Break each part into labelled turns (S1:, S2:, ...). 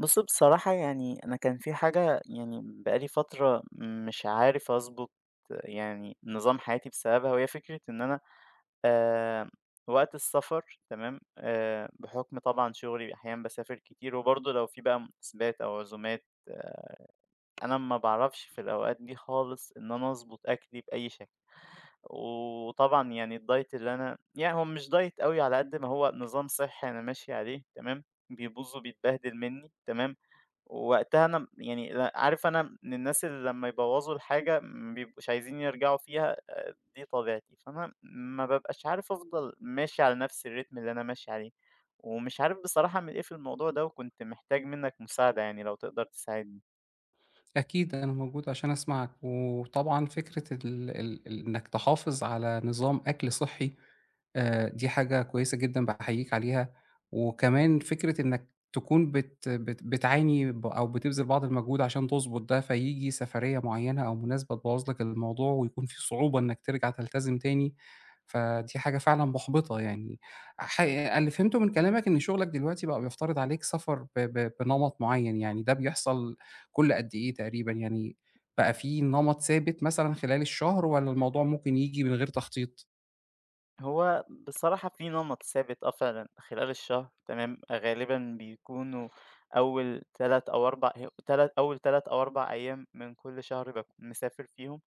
S1: بُص، بصراحة يعني أنا كان في حاجة، يعني بقى لي فترة مش عارف أضبط يعني نظام حياتي بسببها، وهي فكرة إن أنا آآ وقت السفر، تمام. بحكم طبعًا شغلي أحيانًا باسافر كتير، وبرضه لو في بقى مناسبات أو عزومات، أنا ما باعرفش في الأوقات دي خالص إن أنا أضبط أكلي بأي شكل. وطبعًا يعني الدايت اللي أنا يعني هو مش دايت أوي، على قد ما هو نظام صحي أنا ماشي عليه تمام، بيبوظ وبيتبهدل مني تمام. وقتها أنا يعني عارف، أنا من الناس اللي لمّا يبوّظوا الحاجة ما بيبقوش عايزين يرجعوا فيها، دي طبيعتي، فأنا ما بابقاش عارف أفضل ماشي على نفس الريتم اللي أنا ماشي عليه، ومش عارف بصراحة أعمل إيه في الموضوع ده، وكنت محتاج منّك مساعدة يعني لو تقدر تساعدني.
S2: أكيد أنا موجود عشان أسمعك، وطبعًا فكرة ال ال ال إنك تحافظ على نظام أكل صحّي دي حاجة كويسة جدًا باحييك عليها، وكمان فكرة إنك تكون بت بت بتعاني أو بتبذل بعض المجهود عشان تضبط ده، فييجي سفرية معيّنة أو مناسبة تبوّظ لك الموضوع ويكون في صعوبة إنك ترجع تلتزم تاني، فدي حاجة فعلًا محبطة يعني. اللي فهمته من كلامك إن شغلك دلوقتي بقى بيفترض عليك سفر ب ب بنمط معيّن، يعني ده بيحصل كل قد إيه تقريبًا يعني بقى في نمط ثابت مثلًا خلال الشهر والّا الموضوع ممكن ييجي من غير تخطيط؟
S1: هو بصراحة في نمط ثابت، فعلًا خلال الشهر تمام، غالبًا بيكونوا أول 3 أو 4 أيام من كل شهر باكون مسافر فيهم.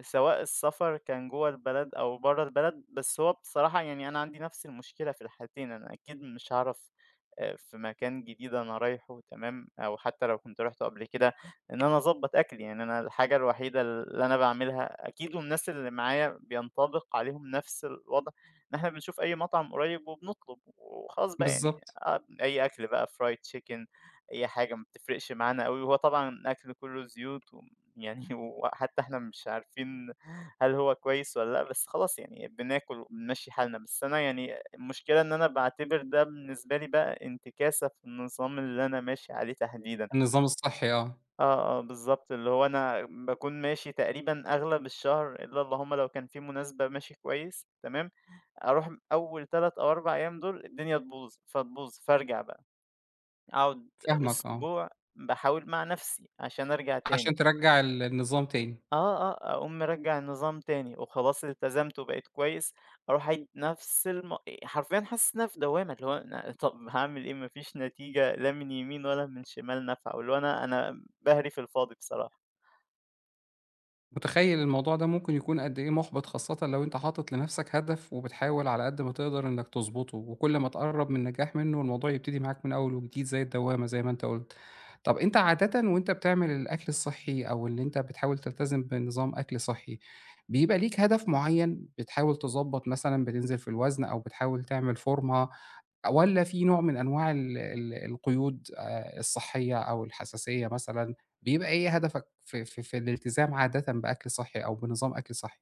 S1: سواء السفر كان جوّه البلد أو برّه البلد، بس هو بصراحة يعني أنا عندي نفس المشكلة في الحالتين، أنا أكيد مش هاعرف في مكان جديد أنا رايحه تمام، أو حتى لو كنت رُحته قبل كده، إن أنا أضبّط أكلي. يعني أنا الحاجة الوحيدة اللي أنا باعملها أكيد والناس اللي معايا بينطبق عليهم نفس الوضع، إن إحنا بنشوف أي مطعم قريب وبنطلب وخلاص بقى يعني.
S2: بالضبط.
S1: آه، أي أكل بقى fried chicken، أي حاجة ما بتفرقش معانا أوي، وهو طبعًا أكل كلّه زيوت، و يعني وحتى إحنا مش عارفين هل هو كويس والّا لأ، بس خلاص يعني بناكل وبنمشّي حالنا. بس أنا يعني المشكلة إن أنا باعتبر ده بالنسبة لي بقى انتكاسة في النظام اللي أنا ماشي عليه تحديدًا.
S2: النظام الصحّي آه.
S1: آه، آه، بالضبط، اللي هو أنا باكون ماشي تقريبًا أغلب الشهر إلا اللهم لو كان في مناسبة ماشي كويس، تمام، أروح أول 3 أو 4 أيام دول الدنيا تبوظ، فتبوظ، فارجع بقى أقعد
S2: فاهمك آه.
S1: أسبوع باحاول مع نفسي عشان أرجع
S2: عشان
S1: تاني.
S2: ترجّع النظام تاني.
S1: آه، آه، أقوم مرجّع النظام تاني، وخلاص التزمت وبقيت كويس، أروح أعيد نفس إيه، حرفيًا حاسس إن أنا في دوّامة، اللي هو أنا طب هاعمل إيه؟ ما فيش نتيجة لا من يمين ولا من شمال نافعة، واللي هو أنا باهري في الفاضي بصراحة.
S2: متخيّل الموضوع ده ممكن يكون قد إيه مُحبِط، خاصةً لو أنت حاطط لنفْسك هدف وبتحاول على قد ما تقدر إنك تضبطه، وكل ما تقرّب من النجاح منه الموضوع يبتدي معاك من أول وجديد زي الدوّامة زي ما أنت قُلت. طَب أنت عادةً وأنت بتعمل الأكل الصحّي أو اللي أنت بتحاول تلتزم بنظام أكل صحّي، بيبقى ليك هدف معيّن بتحاول تضبّط مثلًا بتنزل في الوزن أو بتحاول تعمل فورمة والّا في نوع من أنواع ال ال القيود الصحّية أو الحساسية مثلًا؟ بيبقى إيه هدفك في في الالتزام عادةً بأكل صحّي أو بنظام أكل صحّي.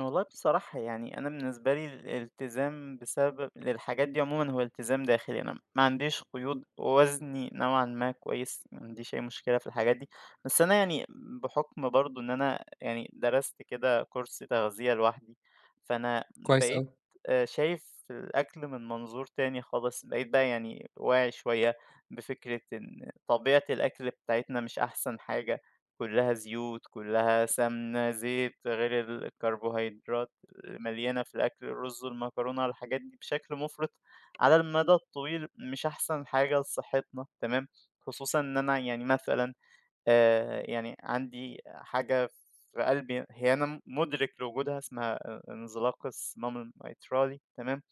S1: والله بصراحة يعني أنا بالنسبة لي الالتزام بسبب للحاجات دي عموما هو التزام داخلي، أنا ما عنديش قيود، وزني نوعا ما كويس، ما عنديش أي مشكلة في الحاجات دي. بس أنا يعني بحكم برضو إن أنا يعني درست كده كورس تغذية لوحدي، فأنا
S2: كويس أوي.
S1: بقيت شايف الأكل من منظور تاني خالص، بقيت بقى يعني واعي شوية بفكرة إن طبيعة الأكل بتاعتنا مش أحسن حاجة، كلّها زيوت، كلّها سمنة، زيت، غير ال الكربوهيدرات اللي مليانة في الأكل، الرز والمكرونة، الحاجات دي بشكل مفرط على المدى الطويل مش أحسن حاجة لصحتنا تمام. خصوصًا إن أنا يعني مثلًا يعني عندي حاجة في قلبي، هي أنا مُدرك لوجودها، اسمها انزلاق الصمام الميترالي تمام.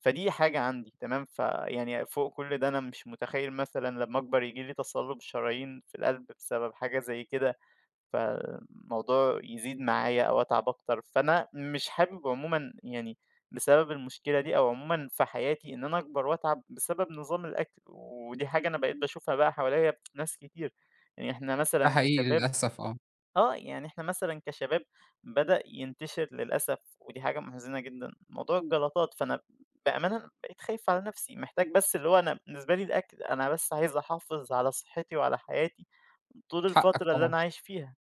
S1: فدي حاجة عندي تمام، فيعني فوق كل ده أنا مش متخيّل مثلًا لمّا أكبر ييجي لي تصلُّب شرايين في القلب بسبب حاجة زي كده، فالموضوع يزيد معايا أو أتعب أكتر، فأنا مش حابب عمومًا يعني بسبب المشكلة دي أو عمومًا في حياتي إن أنا أكبر وأتعب بسبب نظام الأكل، ودي حاجة أنا بقيت باشوفها بقى حواليّا في ناس كتير. يعني إحنا
S2: ده
S1: مثلًا
S2: حقيقي
S1: كشباب،
S2: للأسف آه.
S1: آه، يعني إحنا مثلًا كشباب بدأ ينتشر للأسف، ودي حاجة محزنة جدًا موضوع الجلطات، فأنا بأمانة بقيت خايف على نفسي، محتاج بس اللي هو أنا بالنسبة لي الأكل، أنا بس عايز أحافظ على صحتي وعلى حياتي طول
S2: حقك
S1: الفترة اللي
S2: طبعًا.
S1: أنا عايش فيها.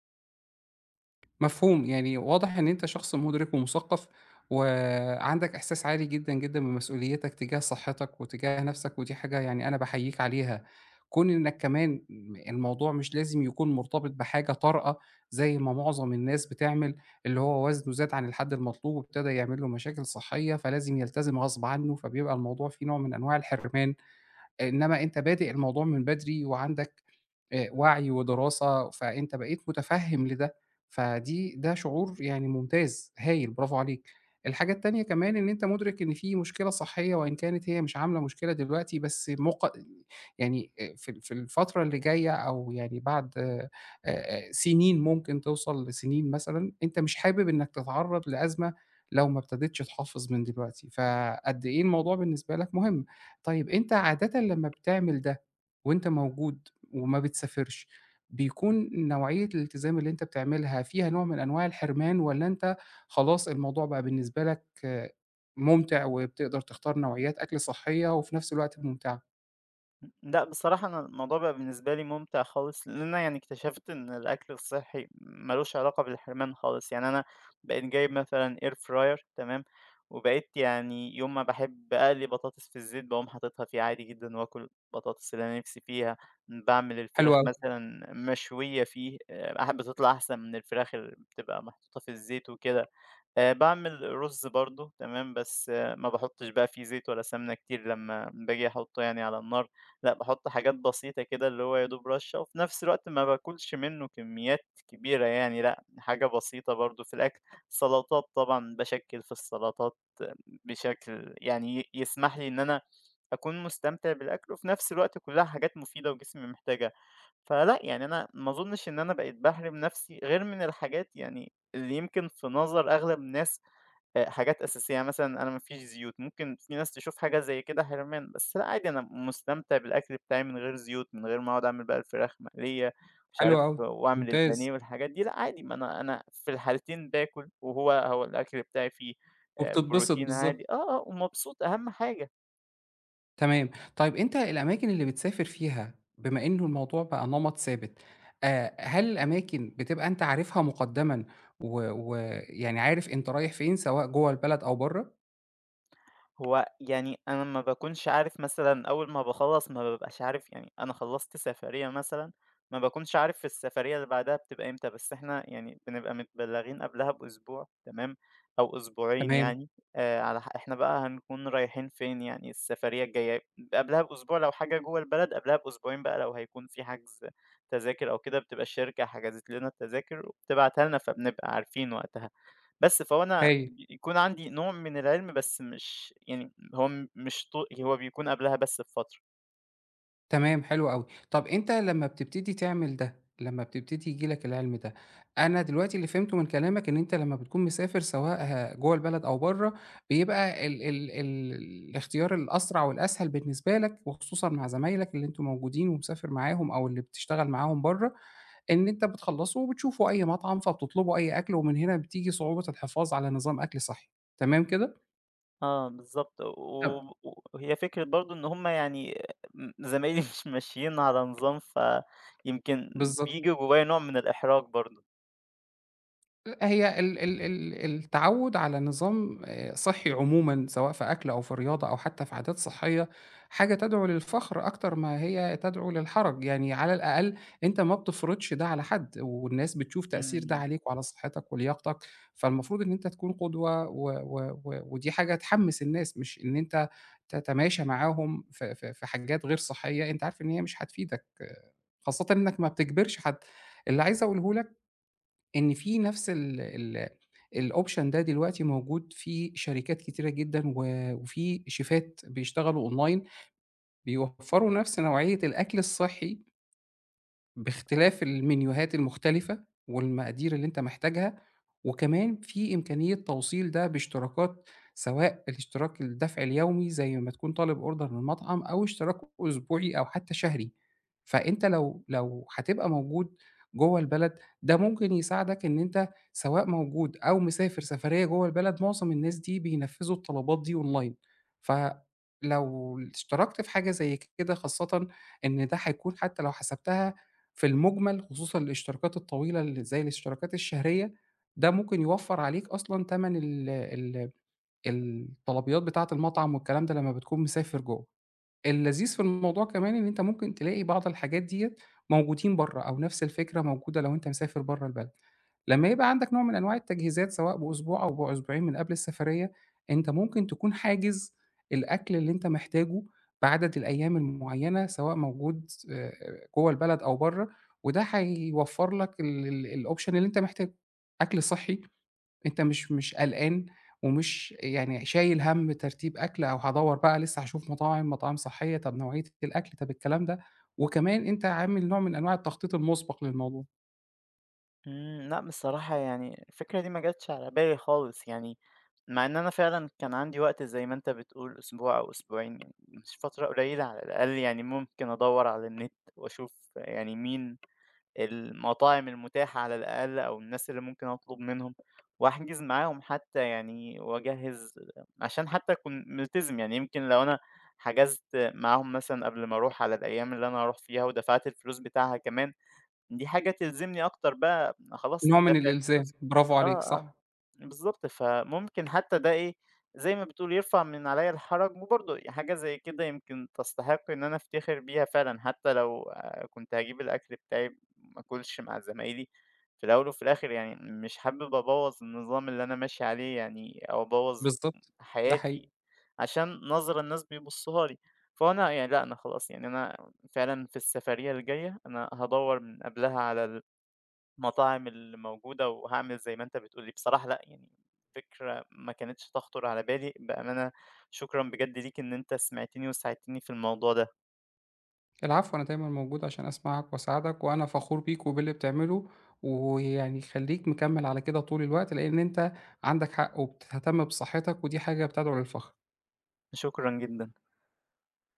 S2: مفهوم، يعني واضح إن أنت شخص مُدرِك ومُثقّف، وعندك إحساس عالي جدًا، جدًا بمسؤوليتك تجاه صحتك وتجاه نَفْسك، ودي حاجة يعني أنا باحييك عليها. كون إنك كمان الموضوع مش لازم يكون مرتبط بحاجة طارئة زي ما معظم الناس بتعمل، اللي هو وزنه زاد عن الحد المطلوب وابتدى يعمل له مشاكل صحية، فلازم يلتزم غصب عنّه، فبيبقى الموضوع فيه نوع من أنواع الحرمان. إنما أنت بادئ الموضوع من بدري وعندك وَعي ودراسة، فأنت بقيت مُتفهِّم لده، ده شعور يعني ممتاز، هايل، برافو عليك. الحاجة التانية كمان إن أنت مُدرِك إن في مشكلة صحية وإن كانت هي مش عاملة مشكلة دلوقتي، بس يعني في في الفترة اللي جاية أو يعني بعد سنين ممكن توصل لسنين مثلًا، أنت مش حابب إنّك تتعرّض لأزمة لو ما ابتديتش تحافظ من دلوقتي، فقد إيه الموضوع بالنسبة لك مهم. طيب أنت عادةً لمّا بتعمل ده وأنت موجود وما بتسافرش، بيكون نوعية الالتزام اللي أنت بتعملها فيها نوع من أنواع الحرمان والّا أنت خلاص الموضوع بقى بالنسبة لك آه، ممتع وبتقدر تختار نوعيات أكل صحية وفي نفس الوقت ممتعة؟
S1: لأ بصراحة أنا الموضوع بقى بالنسبة لي ممتع خالص، لإن أنا يعني اكتشفت إن الأكل الصحي ما لوش علاقة بالحرمان خالص، يعني أنا بقيت جايب مثلًا air fryer تمام، وبقيت يعني يوم ما باحب أقلي بطاطس في الزيت باقوم حاططها فيه عادي جدًا وآكل البطاطس اللي أنا نفسي فيها، باعمل
S2: حلو
S1: الفراخ
S2: أوي.
S1: مثلًا مشوية فيه بتطلع أحسن من الفراخ اللي بتبقى محطوطة في الزيت وكده. باعمل رُز برضه تمام، بس آه، ما باحطّش بقى فيه زيت ولا سمنة كتير لمّا باجي أحطّه يعني على النار، لأ باحط حاجات بسيطة كده اللي هو يا دوب رشّة، وفي نفس الوقت ما باكلش منّه كميات كبيرة يعني لأ، حاجة بسيطة برضه في الأكل، سلطات طبعًا باشكِّل في السلطات. بشكل يعني يسمح لي إن أنا أكون مستمتع بالأكل، وفي نفس الوقت كلّها حاجات مفيدة وجسمي محتاجها. فلأ، يعني أنا ما أظنش إن أنا بقيت باحرم نفسي غير من الحاجات يعني اللي يمكن في نظر أغلب الناس حاجات أساسية، يعني مثلًا أنا ما فيش زيوت، ممكن في ناس تشوف حاجة زي كده حرمان، بس لأ، عادي أنا مستمتع بالأكل بتاعي من غير زيوت، من غير ما أقعد أعمل بقى الفراخ مقلية، مش
S2: حلو
S1: عارف
S2: أوي.
S1: وأعمل
S2: ممتاز.
S1: البانيه والحاجات دي، لأ عادي، ما أنا في الحالتين باكل، وهو الأكل بتاعي فيه
S2: وبتتبسط
S1: بروتين
S2: بالضبط.
S1: عادي، آه، آه، ومبسوط أهم حاجة.
S2: تمام. طيب أنت الأماكن اللي بتسافر فيها بما إنه الموضوع بقى نمط ثابت، هل الأماكن بتبقى أنت عارفها مقدمًا ويعني عارف أنت رايح فين سواء جوّه البلد أو برّه؟
S1: هو يعني أنا ما باكونش عارف مثلًا أول ما باخلّص، ما بابقاش عارف يعني أنا خلّصت سفرية مثلًا، ما باكونش عارف في السفرية اللي بعدها بتبقى إمتى، بس إحنا يعني بنبقى متبلّغين قبلها بأسبوع تمام، أو أسبوعين
S2: تمام.
S1: يعني على إحنا بقى هنكون رايحين فين يعني السفرية الجاية، قبلها بأسبوع لو حاجة جوّه البلد، قبلها بأسبوعين بقى لو هيكون في حجز تذاكر أو كده بتبقى الشركة حجزت لنا التذاكر وبتبعتها لنا، فبنبقى عارفين وقتها. بس فهو أنا
S2: هايل.
S1: يكون عندي نوع من العلم، بس مش يعني هو م مش طو هو بيكون قبلها بس بفترة.
S2: تمام، حلو أوي. طَب أنت لمّا بتبتدي تعمل ده، لمّا بتبتدي ييجي لك العلم ده، أنا دلوقتي اللي فهمته من كلامك إن أنت لمّا بتكون مسافر سواء جوّه البلد أو برّه، بيبقى ال ال ال الاختيار الأسرع والأسهل بالنسبة لك وخصوصًا مع زمايلك اللي أنتم موجودين ومسافر معاهم أو اللي بتشتغل معاهم برّه، إن أنت بتخلّصوا وبتشوفوا أي مطعم فبتطلبوا أي أكل ومن هنا بتيجي صعوبة الحفاظ على نظام أكل صحّي، تمام كده؟
S1: آه بالضبط، و
S2: طَب
S1: و وهي فكرة برضه إن هم يعني زمايلي مش ماشيين على نظام، فيمكن
S2: بالضبط.
S1: بييجي جوايا نوع من الإحراج برضه.
S2: هي ال ال ال التعوّد على نظام صحّي عمومًا، سواء في أكل أو في رياضة أو حتى في عادات صحّية، حاجة تدعو للفخر أكتر ما هي تدعو للحرج، يعني على الأقل أنت ما بتفرضش ده على حد، والناس بتشوف تأثير ده
S1: إمم،
S2: عليك وعلى صحتك ولياقتك، فالمفروض إن أنت تكون قدوة و ودي حاجة تحمّس الناس، مش إن أنت تتماشى معاهم في في حاجات غير صحّية أنت عارف إن هي مش هتفيدك، آه، خاصةً إنك ما بتجبرش حد. اللي عايز أقوله لك إن في نفس ال ال الoption ده دلوقتي موجود في شركات كتيرة جدًا وفي شيفات بيشتغلوا أونلاين، بيوفّروا نفس نوعية الأكل الصحّي باختلاف المنيوهات المختلفة، والمقادير اللي أنت محتاجها، وكمان في إمكانية توصيل ده باشتراكات، سواء الاشتراك الدفع اليومي زي ما تكون طالب أوردر من مطعم، أو اشتراك أسبوعي أو حتى شهري. فأنت لو هتبقى موجود جوّه البلد، ده ممكن يساعدك إن أنت سواء موجود أو مسافر سفرية جوّه البلد، معظم الناس دي بينفذوا الطلبات دي أونلاين. فلو اشتركت في حاجة زي كده خاصةً إن ده هيكون حتى لو حسبتها في المجمل خصوصًا الاشتراكات الطويلة زي الاشتراكات الشهرية، ده ممكن يوفّر عليك أصلًا تَمَن ال ال الطلبيات بتاعة المطعم والكلام ده لمّا بتكون مسافر جوّه. اللذيذ في الموضوع كمان إن أنت ممكن تلاقي بعض الحاجات ديّة موجودين برّه، أو نفس الفكرة موجودة لو أنت مسافر برّه البلد. لمّا يبقى عندك نوع من أنواع التجهيزات سواء بأسبوع أو بأسبوعين من قبل السفرية، أنت ممكن تكون حاجز الأكل اللي أنت محتاجه بعدد الأيام المعيّنة، سواء موجود جوّه البلد أو برّه، وده هيوفّر لك ال ال الoption اللي أنت محتاجه، أكل صحّي أنت مش قلقان ومش يعني شايل هَم ترتيب أكل أو هادوّر بقى لسه هاشوف مطاعم، مطاعم صحية، طب نوعية الأكل، طب الكلام ده، وكمان أنت عامل نوع من أنواع التخطيط المُسبق للموضوع،
S1: إمم، لأ بصراحة يعني الفكرة دي ما جاتش على بالي خالص يعني، مع إن أنا فعلًا كان عندي وقت زي ما أنت بتقول أسبوع أو أسبوعين، يعني مش فترة قليلة، على الأقل يعني ممكن أدوّر على النت وأشوف يعني مين المطاعم المتاحة على الأقل، أو الناس اللي ممكن أطلب منهم وأحجز معاهم حتى، يعني وأجهز عشان حتى أكون ملتزم، يعني يمكن لو أنا حجزت معاهم مثلا قبل ما أروح على الأيام اللي أنا هاروح فيها ودفعت الفلوس بتاعها كمان، دي حاجة تلزمني أكتر بقى، خلاص
S2: نوع من
S1: دافع
S2: الإلزام،
S1: الفلوس.
S2: برافو
S1: آه،
S2: عليك،
S1: آه،
S2: صح،
S1: بالضبط، فممكن حتى ده إيه، زي ما بتقول يرفع من عليّا الحرج، وبرضه حاجة زي كده يمكن تستحق إن أنا أفتخر بيها فعلًا، حتى لو كنت هاجيب الأكل بتاعي ما آكلش مع زمايلي، في الأول وفي الآخر يعني مش حابب أبوّظ النظام اللي أنا ماشي عليه يعني أو أبوّظ
S2: بالضبط، ده
S1: حياتي
S2: حقيقي.
S1: عشان نظرة الناس بيبصّوها لي، فهو أنا يعني لأ، أنا خلاص يعني أنا فعلًا في السفرية الجاية أنا هادوّر من قبلها على المطاعم اللي موجودة، وهاعمل زي ما أنت بتقول لي. بصراحة لأ، يعني فكرة ما كانتش تخطر على بالي، بأمانة. شكرًا بجد ليك إن أنت سمعتني وساعدتني في الموضوع ده،
S2: العفو، أنا دايمًا موجود عشان أسمعك وأساعدك، وأنا فخور بيك وباللي بتعمله، ويعني خلّيك مكمّل على كده طول الوقت، لإن أنت عندك حق وبتهتم بصحتك ودي حاجة بتدعو للفخر.
S1: شكرًا جدًا.